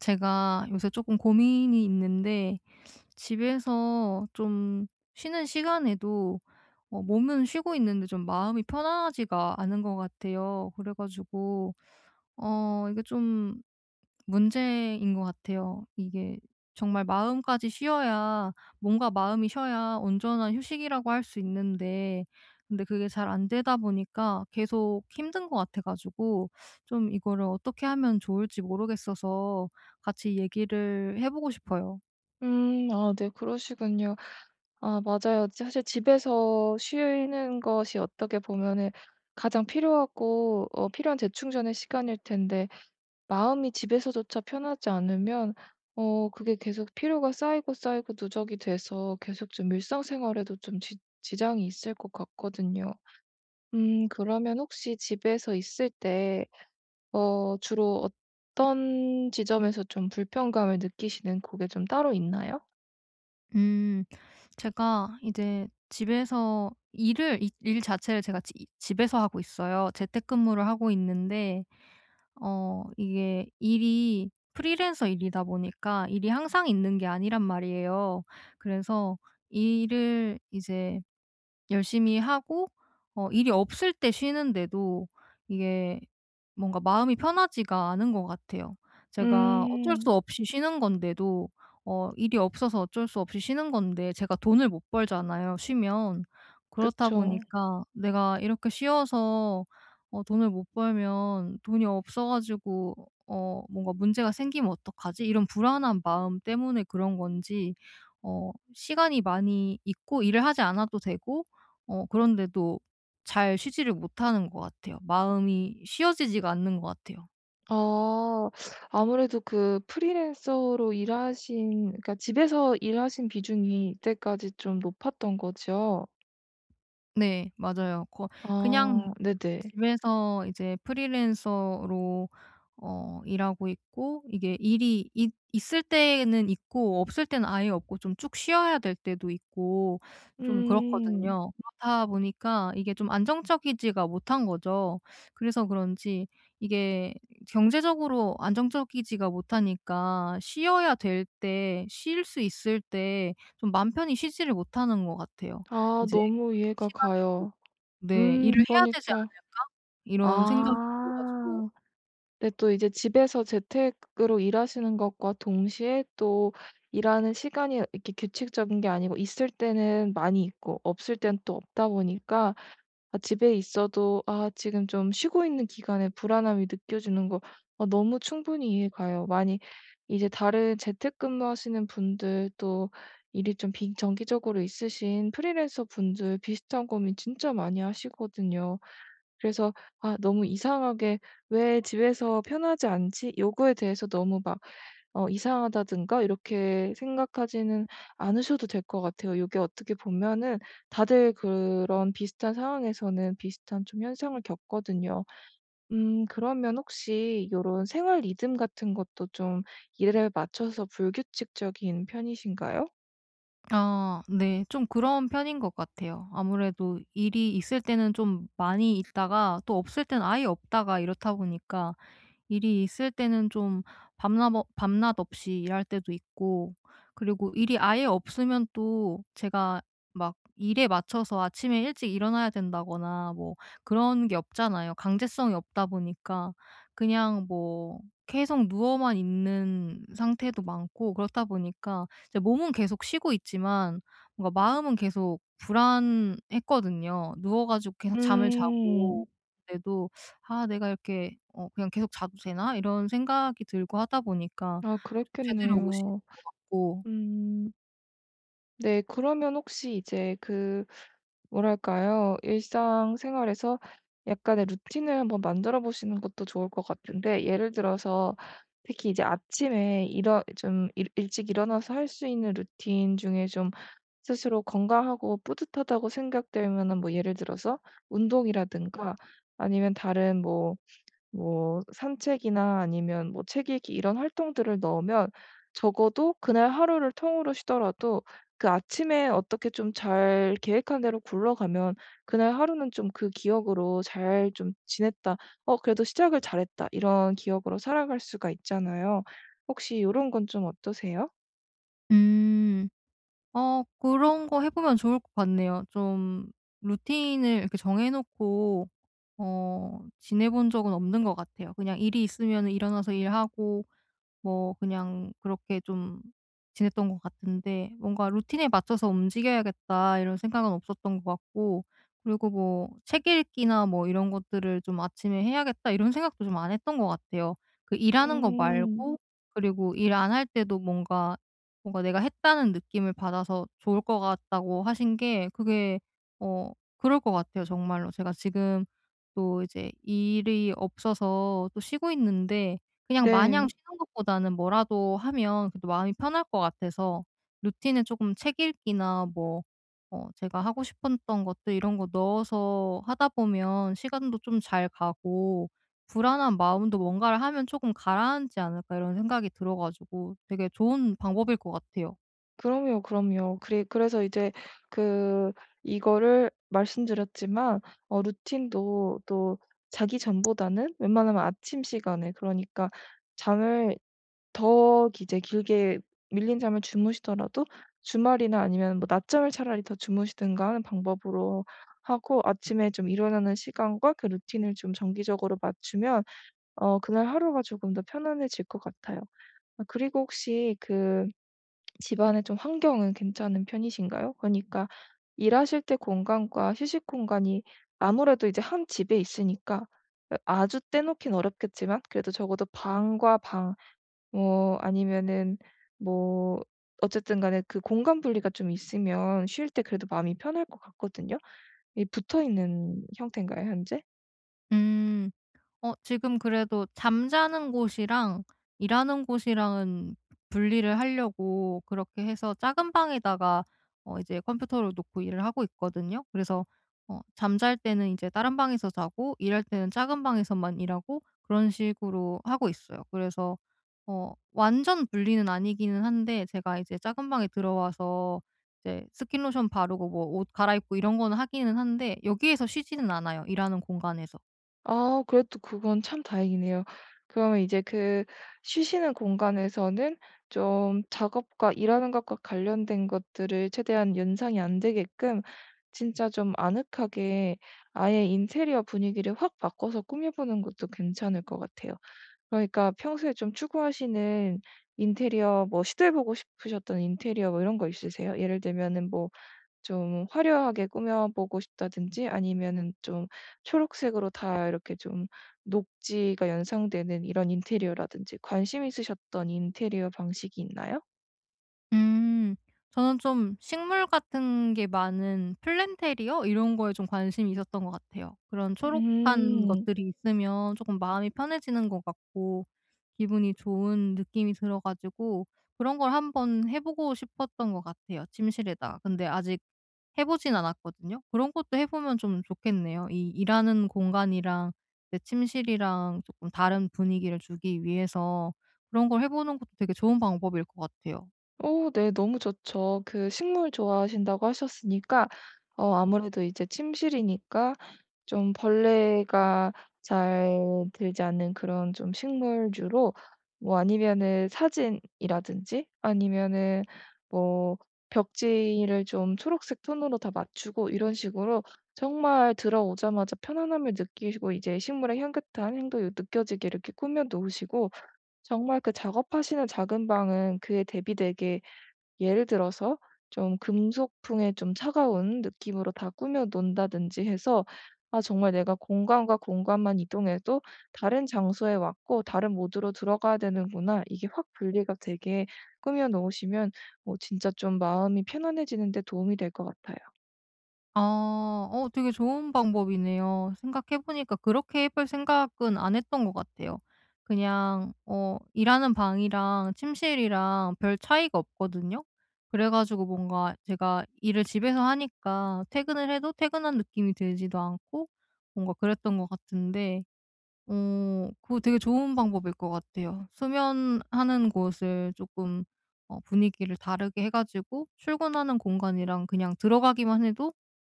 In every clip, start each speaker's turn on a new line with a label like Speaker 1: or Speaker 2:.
Speaker 1: 제가 요새 조금 고민이 있는데 집에서 좀 쉬는 시간에도 몸은 쉬고 있는데 좀 마음이 편안하지가 않은 것 같아요. 그래 가지고 이게 좀 문제인 것 같아요. 이게 정말 마음까지 쉬어야, 몸과 마음이 쉬어야 온전한 휴식이라고 할 수 있는데, 근데 그게 잘 안 되다 보니까 계속 힘든 것 같아 가지고, 좀 이거를 어떻게 하면 좋을지 모르겠어서 같이 얘기를 해 보고 싶어요.
Speaker 2: 음. 아, 네. 그러시군요. 아, 맞아요. 사실 집에서 쉬는 것이 어떻게 보면은 가장 필요하고 필요한 재충전의 시간일 텐데, 마음이 집에서조차 편하지 않으면 그게 계속 피로가 쌓이고 쌓이고 누적이 돼서 계속 좀 일상생활에도 좀 지 지장이 있을 것 같거든요. 그러면 혹시 집에서 있을 때 주로 어떤 지점에서 좀 불편감을 느끼시는 그게 좀 따로 있나요?
Speaker 1: 음. 제가 이제 집에서 일을, 이 일 자체를 제가 지 집에서 하고 있어요. 재택근무를 하고 있는데 이게 일이 프리랜서 일이다 보니까 일이 항상 있는 게 아니란 말이에요. 그래서 일을 이제 열심히 하고 일이 없을 때 쉬는데도 이게 뭔가 마음이 편하지가 않은 것 같아요. 제가 어쩔 수
Speaker 2: 음.
Speaker 1: 없이 쉬는 건데도, 일이 없어서 어쩔 수 없이 쉬는 건데, 제가 돈을 못 벌잖아요, 쉬면. 그렇다
Speaker 2: 그쵸.
Speaker 1: 보니까 '내가 이렇게 쉬어서 돈을 못 벌면, 돈이 없어 가지고 뭔가 문제가 생기면 어떡하지?' 이런 불안한 마음 때문에 그런 건지, 시간이 많이 있고 일을 하지 않아도 되고 그런데도 잘 쉬지를 못하는 것 같아요. 마음이 쉬어지지가 않는 것 같아요.
Speaker 2: 아, 아무래도 그 프리랜서로 일하신, 그러니까 집에서 일하신 비중이 이때까지 좀 높았던 거죠?
Speaker 1: 네, 맞아요. 거 그냥
Speaker 2: 아, 네네.
Speaker 1: 집에서 이제 프리랜서로 일하고 있고, 이게 일이 있 있을 때는 있고 없을 때는 아예 없고 좀 쭉 쉬어야 될 때도 있고, 좀
Speaker 2: 음.
Speaker 1: 그렇거든요. 그렇다 보니까 이게 좀 안정적이지가 못한 거죠. 그래서 그런지 이게 경제적으로 안정적이지가 못하니까, 쉬어야 될 때, 쉴 수 있을 때 좀 맘 편히 쉬지를 못하는 것 같아요.
Speaker 2: 아,
Speaker 1: 이제
Speaker 2: 너무 이해가
Speaker 1: 시간에
Speaker 2: 가요.
Speaker 1: 네. '일을 해야 되지
Speaker 2: 그러니까
Speaker 1: 않을까?' 이런 생각이 들어 가지고.
Speaker 2: 아. 네, 또 이제 집에서 재택으로 일하시는 것과 동시에, 또 일하는 시간이 이렇게 규칙적인 게 아니고 있을 때는 많이 있고 없을 땐 또 없다 보니까, 아 집에 있어도 지금 좀 쉬고 있는 기간에 불안함이 느껴지는 거, 아, 너무 충분히 이해가요. 많이 이제 다른 재택근무하시는 분들, 또 일이 좀 빈 정기적으로 있으신 프리랜서 분들 비슷한 고민 진짜 많이 하시거든요. 그래서 '아, 너무 이상하게 왜 집에서 편하지 않지?' 요거에 대해서 너무 막 이상하다든가 이렇게 생각하지는 않으셔도 될 것 같아요. 이게 어떻게 보면은 다들 그런 비슷한 상황에서는 비슷한 좀 현상을 겪거든요. 그러면 혹시 이런 생활 리듬 같은 것도 좀 일에 맞춰서 불규칙적인 편이신가요?
Speaker 1: 아, 네. 좀 그런 편인 것 같아요. 아무래도 일이 있을 때는 좀 많이 있다가 또 없을 때는 아예 없다가, 이렇다 보니까 일이 있을 때는 좀 밤낮 없이 일할 때도 있고, 그리고 일이 아예 없으면 또 제가 막 일에 맞춰서 아침에 일찍 일어나야 된다거나 뭐 그런 게 없잖아요. 강제성이 없다 보니까 그냥 뭐 계속 누워만 있는 상태도 많고, 그렇다 보니까 이제 몸은 계속 쉬고 있지만 뭔가 마음은 계속 불안했거든요. 누워 가지고 계속 잠을 자고,
Speaker 2: 음.
Speaker 1: 근데도 '아, 내가 이렇게 그냥 계속 자도 되나?' 이런 생각이 들고 하다 보니까
Speaker 2: 아, 그렇
Speaker 1: 좀
Speaker 2: 겠네
Speaker 1: 제대로
Speaker 2: 요
Speaker 1: 못 쉬는 것 같고.
Speaker 2: 음. 네. 그러면 혹시 이제 그, 뭐랄까요? 일상생활에서 약간의 루틴을 한번 만들어 보시는 것도 좋을 것 같은데, 예를 들어서 특히 이제 아침에 일찍 일어나서 할 수 있는 루틴 중에 좀 스스로 건강하고 뿌듯하다고 생각될 만한, 뭐 예를 들어서 운동이라든가 아니면 다른 뭐 산책이나 아니면 뭐 책 읽기 이런 활동들을 넣으면 적어도 그날 하루를 통으로 쉬더라도 그 아침에 어떻게 좀 잘 계획한 대로 굴러가면 그날 하루는 좀 그 기억으로 '잘 좀 지냈다. 그래도 시작을 잘했다.' 이런 기억으로 살아갈 수가 있잖아요. 혹시 이런 건 좀 어떠세요?
Speaker 1: 음. 그런 거 해 보면 좋을 것 같네요. 좀 루틴을 이렇게 정해 놓고 지내 본 적은 없는 것 같아요. 그냥 일이 있으면은 일어나서 일하고 뭐 그냥 그렇게 좀 지냈던 것 같은데, 뭔가 '루틴에 맞춰서 움직여야겠다.' 이런 생각은 없었던 것 같고, 그리고 뭐 '책 읽기나 뭐 이런 것들을 좀 아침에 해야겠다.' 이런 생각도 좀 안 했던 것 같아요. 그 일하는 거
Speaker 2: 음.
Speaker 1: 말고, 그리고 일 안 할 때도 뭔가 '내가 했다는 느낌을 받아서 좋을 것 같다.'고 하신 게, 그게 어 그럴 것 같아요 정말로. 제가 지금 또 이제 일이 없어서 또 쉬고 있는데, 그냥 마냥
Speaker 2: 네.
Speaker 1: 쉬는 것보다는 뭐라도 하면 그래도 마음이 편할 것 같아서, 루틴에 조금 책 읽기나 뭐 제가 하고 싶었던 것들 이런 거 넣어서 하다 보면 시간도 좀 잘 가고, '불안한 마음도 뭔가를 하면 조금 가라앉지 않을까.' 이런 생각이 들어 가지고 되게 좋은 방법일 것 같아요.
Speaker 2: 그럼요, 그럼요. 그래 그래서 이제 그, 이거를 말씀드렸지만 루틴도 또 자기 전보다는 웬만하면 아침 시간에, 그러니까 잠을 더 이제 길게, 밀린 잠을 주무시더라도 주말이나 아니면 뭐 낮잠을 차라리 더 주무시든가 하는 방법으로 하고, 아침에 좀 일어나는 시간과 그 루틴을 좀 정기적으로 맞추면 그날 하루가 조금 더 편안해질 것 같아요. 아, 그리고 혹시 그 집안의 좀 환경은 괜찮은 편이신가요? 그러니까 일하실 때 공간과 휴식 공간이 아무래도 이제 한 집에 있으니까 아주 떼놓긴 어렵겠지만, 그래도 적어도 방과 방, 뭐 아니면은 뭐, 어쨌든 간에 그 공간 분리가 좀 있으면 쉴 때 그래도 마음이 편할 것 같거든요. 이 붙어 있는 형태인가요, 현재?
Speaker 1: 음. 지금 그래도 잠자는 곳이랑 일하는 곳이랑은 분리를 하려고 그렇게 해서, 작은 방에다가 이제 컴퓨터를 놓고 일을 하고 있거든요. 그래서 잠잘 때는 이제 다른 방에서 자고, 일할 때는 작은 방에서만 일하고 그런 식으로 하고 있어요. 그래서 완전 분리는 아니기는 한데, 제가 이제 작은 방에 들어와서 이제 스킨로션 바르고 뭐 옷 갈아입고 이런 거는 하기는 한데, 여기에서 쉬지는 않아요, 일하는 공간에서.
Speaker 2: 아, 그래도 그건 참 다행이네요. 그러면 이제 그 쉬시는 공간에서는 좀 작업과 일하는 것과 관련된 것들을 최대한 연상이 안 되게끔, 진짜 좀 아늑하게, 아예 인테리어 분위기를 확 바꿔서 꾸며보는 것도 괜찮을 것 같아요. 그러니까 평소에 좀 추구하시는 인테리어, 뭐 시도해 보고 싶으셨던 인테리어, 뭐 이런 거 있으세요? 예를 들면은 뭐, 좀 화려하게 꾸며보고 싶다든지 아니면은 좀 초록색으로 다 이렇게 좀 녹지가 연상되는 이런 인테리어라든지, 관심 있으셨던 인테리어 방식이 있나요?
Speaker 1: 음. 저는 좀 식물 같은 게 많은 플랜테리어 이런 거에 좀 관심이 있었던 것 같아요. 그런 초록한
Speaker 2: 음.
Speaker 1: 것들이 있으면 조금 마음이 편해지는 것 같고, 기분이 좋은 느낌이 들어 가지고 그런 걸 한번 해 보고 싶었던 것 같아요, 침실에다. 근데 아직 해 보진 않았거든요. 그런 것도 해 보면 좀 좋겠네요. 이 일하는 공간이랑 내 침실이랑 조금 다른 분위기를 주기 위해서 그런 걸 해 보는 것도 되게 좋은 방법일 것 같아요.
Speaker 2: 오, 네. 너무 좋죠. 그 식물 좋아하신다고 하셨으니까 아무래도 이제 침실이니까 좀 벌레가 잘 들지 않는 그런 좀 식물주로, 뭐 아니면은 사진이라든지 아니면은 뭐 벽지를 좀 초록색 톤으로 다 맞추고 이런 식으로 정말 들어오자마자 편안함을 느끼시고 이제 식물의 향긋한 향도 느껴지게 이렇게 꾸며 놓으시고, 정말 그 작업하시는 작은 방은 그에 대비되게 예를 들어서 좀 금속풍의 좀 차가운 느낌으로 다 꾸며 놓는다든지 해서 '아, 정말 내가 공간과 공간만 이동해도 다른 장소에 왔고 다른 모드로 들어가야 되는구나.' 이게 확 분리가 되게 꾸며 놓으시면 뭐 진짜 좀 마음이 편안해지는 데 도움이 될 것 같아요.
Speaker 1: 아. 되게 좋은 방법이네요. 생각해 보니까 그렇게 해볼 생각은 안 했던 것 같아요. 그냥 일하는 방이랑 침실이랑 별 차이가 없거든요. 그래 가지고 뭔가 제가 일을 집에서 하니까 퇴근을 해도 퇴근한 느낌이 들지도 않고 뭔가 그랬던 것 같은데, 그거 되게 좋은 방법일 것 같아요. 수면하는 곳을 조금 분위기를 다르게 해 가지고 출근하는 공간이랑 그냥 들어가기만 해도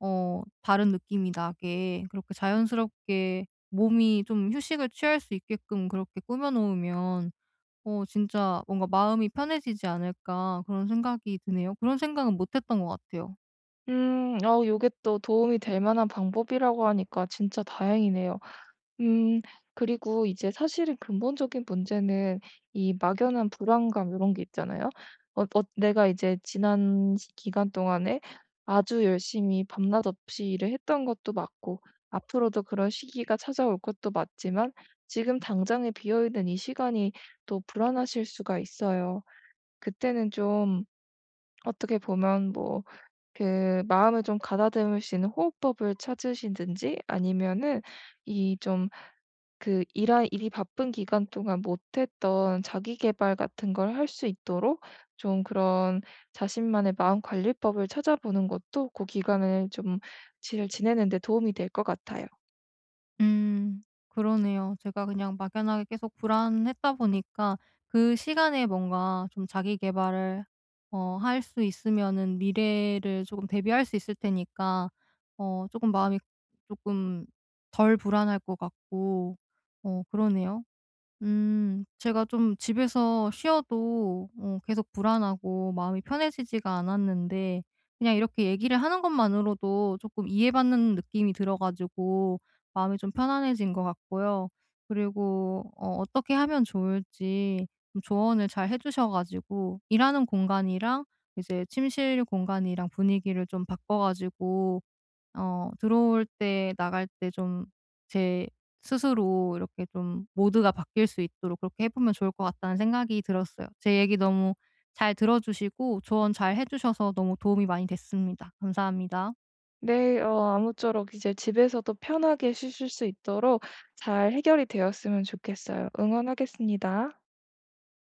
Speaker 1: 다른 느낌이 나게, 그렇게 자연스럽게 몸이 좀 휴식을 취할 수 있게끔 그렇게 꾸며 놓으면 진짜 뭔가 마음이 편해지지 않을까, 그런 생각이 드네요. 그런 생각은 못 했던 것 같아요.
Speaker 2: 음. 요게 또 도움이 될 만한 방법이라고 하니까 진짜 다행이네요. 음 그리고 이제 사실은 근본적인 문제는 이 막연한 불안감 이런 게 있잖아요. 내가 이제 지난 시 기간 동안에 아주 열심히 밤낮 없이 일을 했던 것도 맞고 앞으로도 그런 시기가 찾아올 것도 맞지만 지금 당장에 비어 있는 이 시간이 또 불안하실 수가 있어요. 그때는 좀 어떻게 보면 뭐 그 마음을 좀 가다듬을 수 있는 호흡법을 찾으시든지 아니면은 이좀 그 일한 일이 바쁜 기간 동안 못 했던 자기 개발 같은 걸 할 수 있도록 좀 그런 자신만의 마음 관리법을 찾아보는 것도 그 기간을 좀 잘 지내는 데 도움이 될 것 같아요.
Speaker 1: 음. 그러네요. 제가 그냥 막연하게 계속 불안했다 보니까, 그 시간에 뭔가 좀 자기 계발을 할 수 있으면은 미래를 조금 대비할 수 있을 테니까 조금 마음이 조금 덜 불안할 것 같고, 그러네요. 음. 제가 좀 집에서 쉬어도 계속 불안하고 마음이 편해지지가 않았는데, 그냥 이렇게 얘기를 하는 것만으로도 조금 이해받는 느낌이 들어 가지고 마음이 좀 편안해진 것 같고요. 그리고 어떻게 하면 좋을지 좀 조언을 잘 해 주셔 가지고, 일하는 공간이랑 이제 침실 공간이랑 분위기를 좀 바꿔 가지고 들어올 때 나갈 때 좀 제 스스로 이렇게 좀 모드가 바뀔 수 있도록 그렇게 해 보면 좋을 것 같다는 생각이 들었어요. 제 얘기 너무 잘 들어 주시고 조언 잘 해 주셔서 너무 도움이 많이 됐습니다. 감사합니다.
Speaker 2: 네. 아무쪼록 이제 집에서도 편하게 쉬실 수 있도록 잘 해결이 되었으면 좋겠어요. 응원하겠습니다.